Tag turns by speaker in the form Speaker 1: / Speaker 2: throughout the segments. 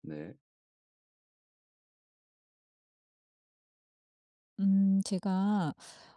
Speaker 1: 네.
Speaker 2: 제가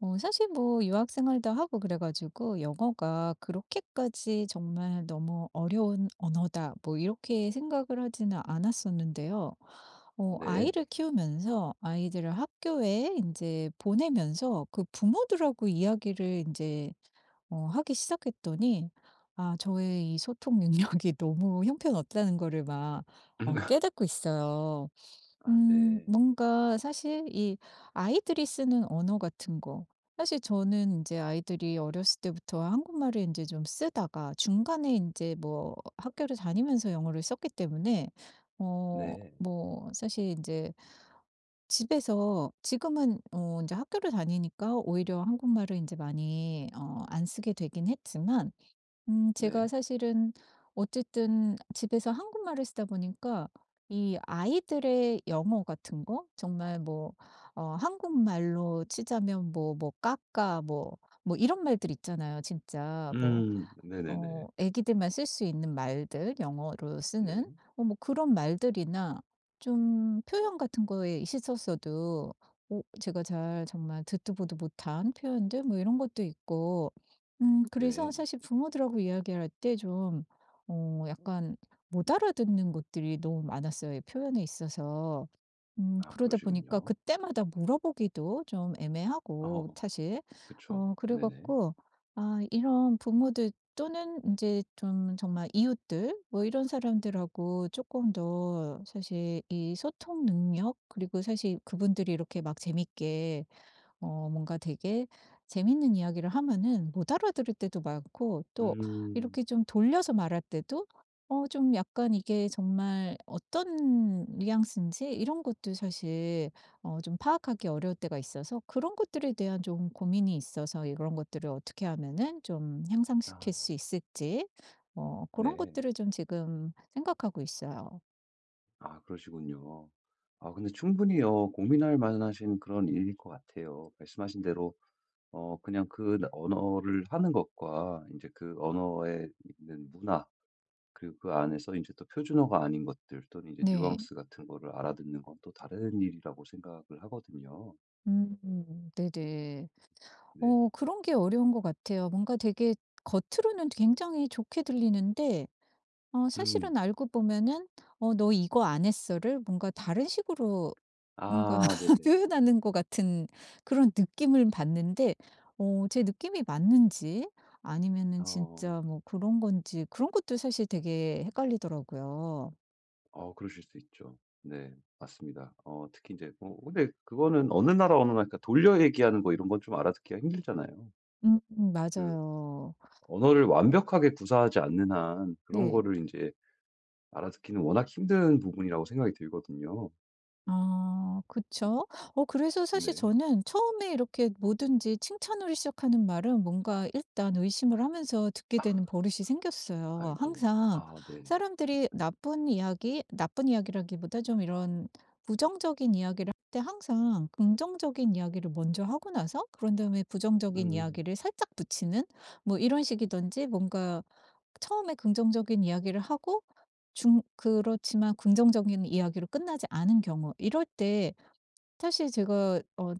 Speaker 2: 사실 뭐 유학 생활도 하고 그래 가지고 영어가 그렇게까지 정말 '너무 어려운 언어다.' 뭐 이렇게 생각을 하지는 않았었는데요.
Speaker 1: 네.
Speaker 2: 아이를 키우면서 아이들을 학교에 이제 보내면서 그 부모들하고 이야기를 이제 하기 시작했더니, 아 저의 이 소통 능력이 너무 형편없다는 거를 막 깨닫고 있어요.
Speaker 1: 아 네.
Speaker 2: 뭔가 사실 이 아이들이 쓰는 언어 같은 거, 사실 저는 이제 아이들이 어렸을 때부터 한국말을 이제 좀 쓰다가 중간에 이제 뭐 학교를 다니면서 영어를 썼기 때문에,
Speaker 1: 네.
Speaker 2: 뭐 사실 이제 집에서 지금은 어제 학교를 다니니까 오히려 한국말을 이제 많이 안 쓰게 되긴 했지만, 제가
Speaker 1: 네.
Speaker 2: 사실은 어쨌든 집에서 한국말을 쓰다 보니까 이 아이들의 영어 같은 거 정말 뭐, 한국말로 치자면 뭐 뭐 "까까." 뭐 뭐 이런 말들 있잖아요, 진짜. 뭐
Speaker 1: 음. 네네네.
Speaker 2: 애기들만 쓸 수 있는 말들, 영어로 쓰는
Speaker 1: 네.
Speaker 2: 뭐 그런 말들이나 좀 표현 같은 거에 있었어도, 제가 잘 정말 듣도 보도 못한 표현들 뭐 이런 것도 있고, 그래서
Speaker 1: 네.
Speaker 2: 사실 부모들하고 이야기할 때 좀 약간 못 알아듣는 것들이 너무 많았어요, 표현에 있어서.
Speaker 1: 아
Speaker 2: 그러다 보니까
Speaker 1: 그러시군요.
Speaker 2: 그때마다 물어보기도 좀 애매하고
Speaker 1: 어
Speaker 2: 사실.
Speaker 1: 그쵸.
Speaker 2: 그래
Speaker 1: 네네.
Speaker 2: 갖고 아 이런 부모들 또는 이제 좀 정말 이웃들 뭐 이런 사람들하고 조금 더 사실 이 소통 능력, 그리고 사실 그분들이 이렇게 막 재밌게 뭔가 되게 재밌는 이야기를 하면은 못 알아들을 때도 많고, 또
Speaker 1: 음.
Speaker 2: 이렇게 좀 돌려서 말할 때도 좀 약간 이게 정말 어떤 뉘앙스인지 이런 것도 사실 좀 파악하기 어려울 때가 있어서, 그런 것들에 대한 좀 고민이 있어서 이런 것들을 어떻게 하면은 좀
Speaker 1: 아
Speaker 2: 향상시킬 수 있을지 그런
Speaker 1: 네.
Speaker 2: 것들을 좀 지금 생각하고 있어요.
Speaker 1: 아 그러시군요. 아 근데 충분히요. 고민할 만하신 그런 일일 것 같아요. 말씀하신 대로 그냥 그 언어를 하는 것과 이제 그 언어에 있는 문화 그리고 그 안에서 이제 또 표준어가 아닌 것들 또는 이제
Speaker 2: 네.
Speaker 1: 뉘앙스 같은 거를 알아듣는 건 또 다른 일이라고 생각을 하거든요.
Speaker 2: 음. 음. 네네.
Speaker 1: 네.
Speaker 2: 그런 게 어려운 것 같아요. 뭔가 되게 겉으로는 굉장히 좋게 들리는데
Speaker 1: 음.
Speaker 2: 사실은 알고 보면은 "어 너 이거 안 했어?"를 뭔가 다른 식으로 뭔가
Speaker 1: 아 네네.
Speaker 2: 표현하는 것 같은 그런 느낌을 받는데, 제 느낌이 맞는지 아니면은
Speaker 1: 어.
Speaker 2: 진짜 뭐 그런 건지, 그런 것도 사실 되게 헷갈리더라고요.
Speaker 1: 그러실 수 있죠. 네. 맞습니다. 특히 이제 뭐 근데 그거는 어느 나라 언어나 그러니까 돌려 얘기하는 거 이런 건 좀 알아듣기가 힘들잖아요.
Speaker 2: 음.
Speaker 1: 그
Speaker 2: 맞아요.
Speaker 1: 언어를 완벽하게 구사하지 않는 한 그런
Speaker 2: 네.
Speaker 1: 거를 이제 알아듣기는 워낙 힘든 부분이라고 생각이 들거든요.
Speaker 2: 아 그쵸. 그래서 사실
Speaker 1: 네.
Speaker 2: 저는 처음에 이렇게 뭐든지 칭찬으로 시작하는 말은 뭔가 일단 의심을 하면서 듣게 되는 버릇이 생겼어요,
Speaker 1: 아이고.
Speaker 2: 항상.
Speaker 1: 아 네.
Speaker 2: 사람들이 나쁜 이야기라기보다 좀 이런 부정적인 이야기를 할 때 항상 긍정적인 이야기를 먼저 하고 나서, 그런 다음에 부정적인
Speaker 1: 음.
Speaker 2: 이야기를 살짝 붙이는 뭐 이런 식이든지, 뭔가 처음에 긍정적인 이야기를 하고 중 그렇지만 긍정적인 이야기로 끝나지 않은 경우, 이럴 때 사실 제가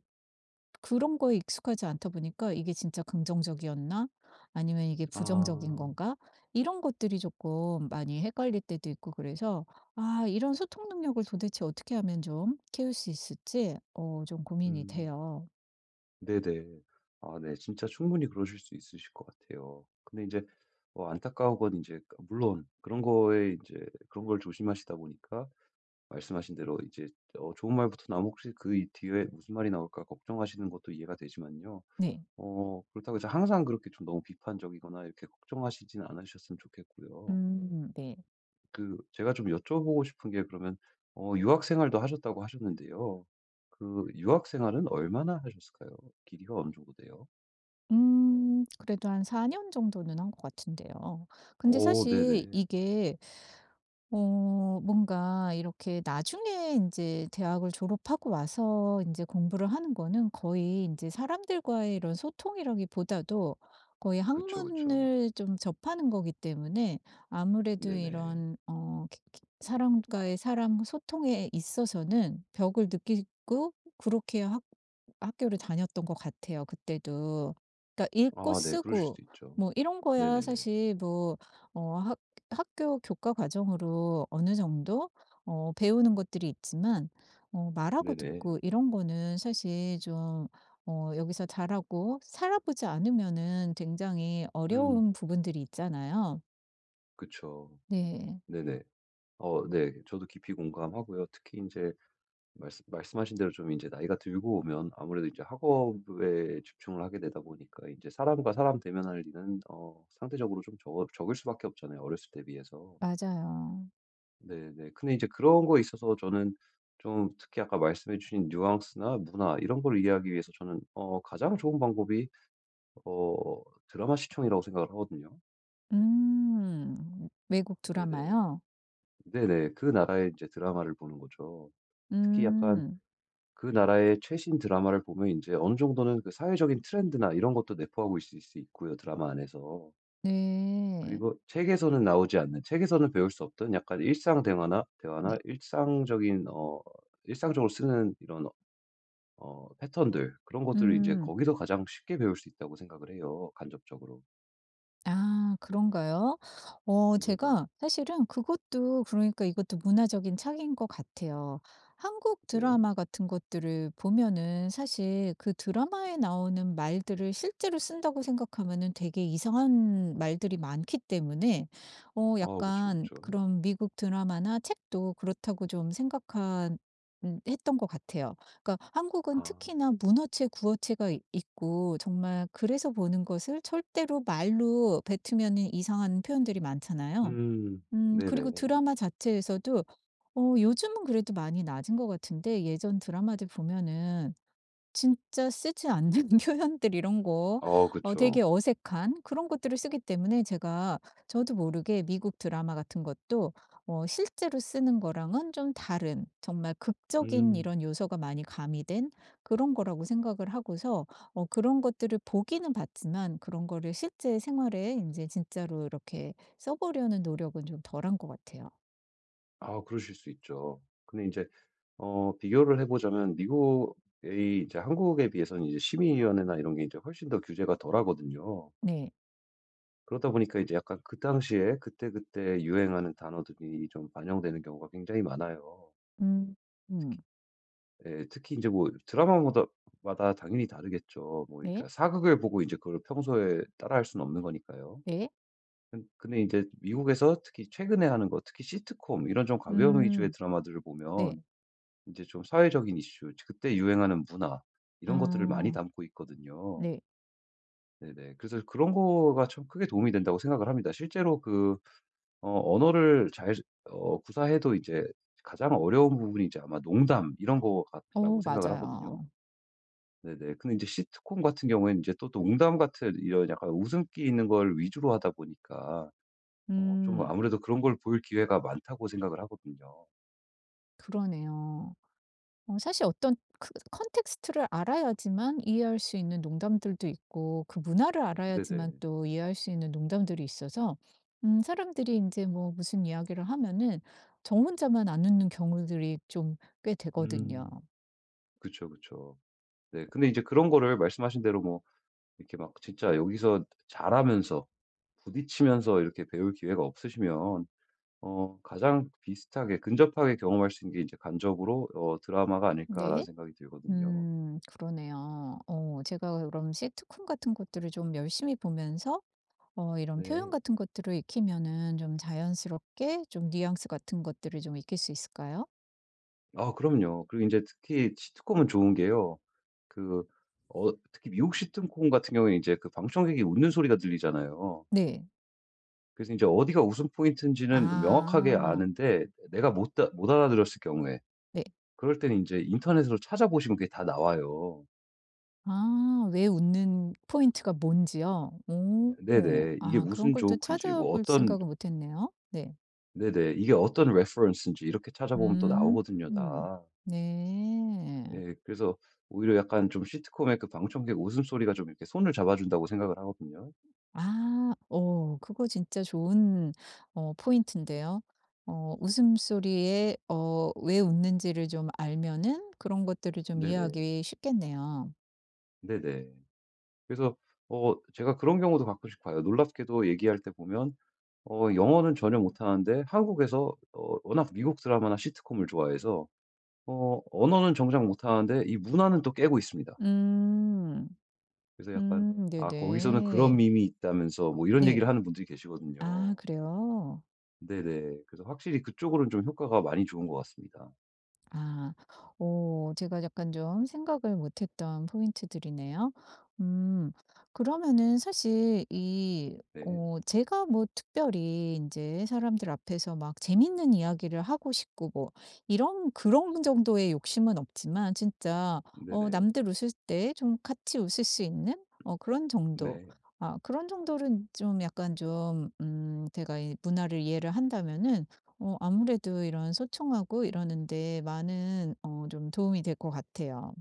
Speaker 2: 그런 거에 익숙하지 않다 보니까 '이게 진짜 긍정적이었나? 아니면 이게 부정적인
Speaker 1: 아.
Speaker 2: 건가?' 이런 것들이 조금 많이 헷갈릴 때도 있고, 그래서 아 이런 소통 능력을 도대체 어떻게 하면 좀 키울 수 있을지 좀 고민이
Speaker 1: 음.
Speaker 2: 돼요.
Speaker 1: 네네. 아 네. 진짜 충분히 그러실 수 있으실 것 같아요. 근데 이제 안타까운 건제 물론 그런 거에 이제 그런 걸 조심하시다 보니까 말씀하신 대로 이제 좋은 말부터 나오면 혹시 그 이 뒤에 무슨 말이 나올까 걱정하시는 것도 이해가 되지만요.
Speaker 2: 네.
Speaker 1: 그렇다고 해서 항상 그렇게 좀 너무 비판적이거나 이렇게 걱정하시진 않으셨으면 좋겠고요.
Speaker 2: 음. 네.
Speaker 1: 그 제가 좀 여쭤보고 싶은 게 그러면 유학 생활도 하셨다고 하셨는데요. 그 유학 생활은 얼마나 하셨을까요? 길이가 어느 정도 돼요?
Speaker 2: 그래도 한 4년 정도는 한 것 같은데요. 근데
Speaker 1: 오
Speaker 2: 사실
Speaker 1: 네네.
Speaker 2: 이게 뭔가 이렇게 나중에 이제 대학을 졸업하고 와서 이제 공부를 하는 거는 거의 이제 사람들과의 이런 소통이라기보다도 거의
Speaker 1: 그쵸, 그쵸.
Speaker 2: 학문을 좀 접하는 거기 때문에, 아무래도
Speaker 1: 네네.
Speaker 2: 이런 어 기 기 사람과의 사람 소통에 있어서는 벽을 느끼고 그렇게 학 학교를 다녔던 것 같아요, 그때도. 그러니까 읽고
Speaker 1: 아 네. 그러실 수
Speaker 2: 쓰고
Speaker 1: 도 있죠.
Speaker 2: 뭐 이런 거야
Speaker 1: 네네네.
Speaker 2: 사실 뭐어하 학교 교과 과정으로 어느 정도 배우는 것들이 있지만, 말하고
Speaker 1: 네네.
Speaker 2: 듣고 이런 거는 사실 좀 여기서 자라고 살아보지 않으면은 굉장히
Speaker 1: 음.
Speaker 2: 어려운 부분들이 있잖아요.
Speaker 1: 그쵸.
Speaker 2: 네.
Speaker 1: 네네. 네. 저도 깊이 공감하고요. 특히 이제 말씀하신 대로 좀 이제 나이가 들고 오면 아무래도 이제 학업에 집중을 하게 되다 보니까 이제 사람과 사람 대면할 일은 상대적으로 좀 적 적을 수밖에 없잖아요, 어렸을 때 비해서.
Speaker 2: 맞아요.
Speaker 1: 네네. 근데 이제 그런 거에 있어서 저는 좀 특히 아까 말씀해 주신 뉘앙스나 문화 이런 걸 이해하기 위해서 저는 가장 좋은 방법이 어 드라마 시청이라고 생각을 하거든요.
Speaker 2: 음. 외국
Speaker 1: 네네.
Speaker 2: 드라마요?
Speaker 1: 네네. 그 나라의 이제 드라마를 보는 거죠. 특히 약간
Speaker 2: 음.
Speaker 1: 그 나라의 최신 드라마를 보면 이제 어느 정도는 그 사회적인 트렌드나 이런 것도 내포하고 있을 수 있고요, 드라마 안에서.
Speaker 2: 네.
Speaker 1: 그리고 책에서는 나오지 않는 책에서는 배울 수 없던 약간 일상 대화나
Speaker 2: 네.
Speaker 1: 일상적인 일상적으로 쓰는 이런 패턴들 그런 것들을 이제
Speaker 2: 음.
Speaker 1: 거기서 가장 쉽게 배울 수 있다고 생각을 해요, 간접적으로.
Speaker 2: 아 그런가요?
Speaker 1: 네네.
Speaker 2: 제가 사실은 그것도, 그러니까 이것도 문화적인 차이인 것 같아요. 한국
Speaker 1: 네.
Speaker 2: 드라마 같은 것들을 보면은 사실 그 드라마에 나오는 말들을 실제로 쓴다고 생각하면은 되게 이상한 말들이 많기 때문에
Speaker 1: 그쵸,
Speaker 2: 약간
Speaker 1: 그쵸.
Speaker 2: 그런 미국 드라마나 책도 그렇다고 좀 생각한 했던 것 같아요. 그러니까 한국은
Speaker 1: 아.
Speaker 2: 특히나 문어체, 구어체가 이 있고 정말, 그래서 보는 것을 절대로 말로 뱉으면은 이상한 표현들이 많잖아요.
Speaker 1: 음. 네네.
Speaker 2: 그리고 드라마 자체에서도 요즘은 그래도 많이 낮은 것 같은데, 예전 드라마들 보면은 진짜 쓰지 않는 표현들 이런 거,
Speaker 1: 그쵸.
Speaker 2: 되게 어색한 그런 것들을 쓰기 때문에 제가, 저도 모르게 미국 드라마 같은 것도 실제로 쓰는 거랑은 좀 다른 정말 극적인
Speaker 1: 음.
Speaker 2: 이런 요소가 많이 가미된 그런 거라고 생각을 하고서 그런 것들을 보기는 봤지만, 그런 거를 실제 생활에 이제 진짜로 이렇게 써 보려는 노력은 좀 덜한 것 같아요.
Speaker 1: 아 그러실 수 있죠. 근데 이제 비교를 해 보자면 미국의 이제 한국에 비해서는 이제 시민 위원회나 이런 게 이제 훨씬 더 규제가 덜하거든요.
Speaker 2: 네.
Speaker 1: 그러다 보니까 이제 약간 그 당시에 그때그때 유행하는 단어들이 좀 반영되는 경우가 굉장히 많아요.
Speaker 2: 음. 음.
Speaker 1: 특히 예, 특히 제뭐 드라마마다 마다 당연히 다르겠죠. 뭐
Speaker 2: 네.
Speaker 1: 그러니까 사극을 보고 이제 그걸 평소에 따라할 수는 없는 거니까요.
Speaker 2: 네.
Speaker 1: 근 근데 이제 미국에서 특히 최근에 하는 거 특히 시트콤 이런 좀 가벼운 위주의
Speaker 2: 음.
Speaker 1: 드라마들을
Speaker 2: 네.
Speaker 1: 보면 이제 좀 사회적인 이슈 그때 유행하는 문화 이런 것들을 많이
Speaker 2: 아.
Speaker 1: 담고 있거든요.
Speaker 2: 네.
Speaker 1: 네네. 그래서 그런 거가 참 크게 도움이 된다고 생각을 합니다. 실제로 언어를 잘 구사해도 이제 가장 어려운 부분이 이제 아마 농담 이런 거 같다고 생각을 하거든요.
Speaker 2: 맞아요.
Speaker 1: 네네. 근데 이제 시트콤 같은 경우에는 이제 또 농담 같은 이런 약간 웃음기 있는 걸 위주로 하다 보니까 좀
Speaker 2: 음
Speaker 1: 아무래도 그런 걸 볼 기회가 많다고 생각을 하거든요.
Speaker 2: 그러네요. 사실 어떤 그 컨텍스트를 알아야지만 이해할 수 있는 농담들도 있고 그 문화를 알아야지만
Speaker 1: 네네.
Speaker 2: 또 이해할 수 있는 농담들이 있어서, 사람들이 이제 뭐 무슨 이야기를 하면은 저 혼자만 안 웃는 경우들이 좀 꽤 되거든요.
Speaker 1: 음. 그쵸, 그쵸. 네. 근데 이제 그런 거를 말씀하신 대로 뭐 이렇게 막 진짜 여기서 잘하면서 부딪히면서 이렇게 배울 기회가 없으시면 가장 비슷하게 근접하게 경험할 수 있는 게 이제 '간접으로 드라마가 아닐까.'라는
Speaker 2: 네.
Speaker 1: 생각이 들거든요.
Speaker 2: 그러네요. 제가 그럼 시트콤 같은 것들을 좀 열심히 보면서 이런 표현
Speaker 1: 네.
Speaker 2: 같은 것들을 익히면은 좀 자연스럽게 좀 뉘앙스 같은 것들을 좀 익힐 수 있을까요?
Speaker 1: 아 그럼요. 그리고 이제 특히 시트콤은 좋은 게요. 그 특히 미국 시트콤 같은 경우에 이제 그 방청객이 웃는 소리가 들리잖아요.
Speaker 2: 네.
Speaker 1: 그래서 이제 어디가 웃음 포인트인지는 명확하게
Speaker 2: 아.
Speaker 1: 아는데 내가 못 다 못 알아들었을 경우에
Speaker 2: 네.
Speaker 1: 그럴 때는 이제 인터넷으로 찾아보시면 그게 다 나와요.
Speaker 2: 아 왜 웃는 포인트가 뭔지요? 오.
Speaker 1: 네네. 이게
Speaker 2: 아 그런
Speaker 1: 무슨
Speaker 2: 걸 또
Speaker 1: 조크인지 뭐
Speaker 2: 찾아볼 생
Speaker 1: 어떤
Speaker 2: 각은 못 했네요. 네.
Speaker 1: 네네. 이게 어떤 레퍼런스인지 이렇게 찾아보면 또
Speaker 2: 음.
Speaker 1: 나오거든요
Speaker 2: 음.
Speaker 1: 다.
Speaker 2: 네.
Speaker 1: 예. 그래서 오히려 약간 좀 시트콤의 그 방청객 웃음소리가 좀 이렇게 손을 잡아준다고 생각을 하거든요.
Speaker 2: 아. 그거 진짜 좋은 포인트인데요. 웃음소리에 왜 웃는지를 좀 알면은 그런 것들을 좀
Speaker 1: 네네.
Speaker 2: 이해하기 쉽겠네요.
Speaker 1: 네네. 그래서 제가 그런 경우도 가끔씩 봐요. 놀랍게도 얘기할 때 보면 영어는 전혀 못하는데 한국에서 워낙 미국 드라마나 시트콤을 좋아해서 언어는 정작 못하는데 이 문화는 또 깨고 있습니다.
Speaker 2: 음.
Speaker 1: 그래서 약간 "아 거기서는 그런
Speaker 2: 네네.
Speaker 1: 밈이 있다면서." 뭐 이런 얘기를
Speaker 2: 네.
Speaker 1: 하는 분들이
Speaker 2: 아
Speaker 1: 계시거든요.
Speaker 2: 그래요?
Speaker 1: 네네. 그래서 확실히 그쪽으로는 좀 효과가 많이 좋은 것 같습니다.
Speaker 2: 아, 오, 제가 약간 좀 생각을 못했던 포인트들이네요. 음, 그러면은 사실 이,
Speaker 1: 네.
Speaker 2: 제가 뭐 특별히 이제 사람들 앞에서 막 재밌는 이야기를 하고 싶고 뭐 이런 그런 정도의 욕심은 없지만 진짜
Speaker 1: 네네.
Speaker 2: 남들 웃을 때 좀 같이 웃을 수 있는 그런 정도.
Speaker 1: 네.
Speaker 2: 아, 그런 정도는 좀 약간 좀, 제가 이 문화를 이해를 한다면은 아무래도 이런 소통하고 이러는데 많은 좀 도움이 될 것 같아요.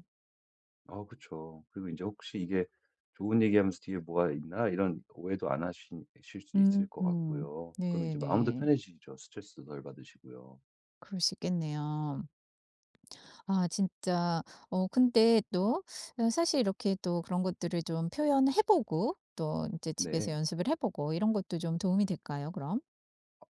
Speaker 1: 아 그쵸. 그리고 인제 혹시 이게 "좋은 얘기하면서 뒤에 뭐가 있나?" 이런 오해도 안 하신 실 수 있을
Speaker 2: 음.
Speaker 1: 것
Speaker 2: 음.
Speaker 1: 같고요. 그럼 이제 마음도
Speaker 2: 네네.
Speaker 1: 편해지죠. 스트레스도 덜 받으시고요.
Speaker 2: 그럴 수 있겠네요. 아 진짜, 근데 또 사실 이렇게 또 그런 것들을 좀 표현해 보고, 또 이제 집에서
Speaker 1: 네.
Speaker 2: 연습을 해 보고 이런 것도 좀 도움이 될까요, 그럼?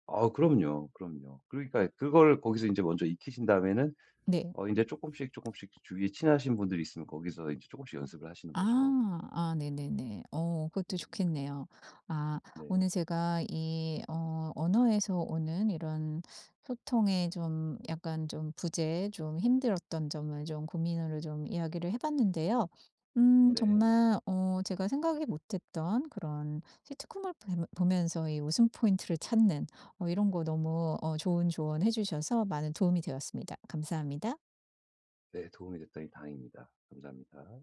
Speaker 1: 아 그럼요, 그럼요. 그러니까 그걸 거기서 인제 먼저 익히신 다음에는
Speaker 2: 네.
Speaker 1: 인제 쪼끔씩, 쪼끔씩 주위에 친하신 분들이 있으면 거기서 인제 쪼끔씩 연습을 하시는
Speaker 2: 아.
Speaker 1: 거죠.
Speaker 2: 아 네네네.
Speaker 1: 네.
Speaker 2: 그것도
Speaker 1: 이
Speaker 2: 좋겠네요. 아
Speaker 1: 네.
Speaker 2: 오늘 제가 이 언어에서 오는 이런 소통의 좀 약간 좀 부재, 좀 힘들었던 점을 좀 고민으로 좀 이야기를 해 봤는데요.
Speaker 1: 네.
Speaker 2: 정말 제가 생각이 못 했던 그런 시트콤을 뱀 보면서 이 웃음 포인트를 찾는, 이런 거 너무 좋은 조언해 주셔서 많은 도움이 되었습니다. 감사합니다.
Speaker 1: 네 도움이 됐더니 다행입니다. 감사합니다.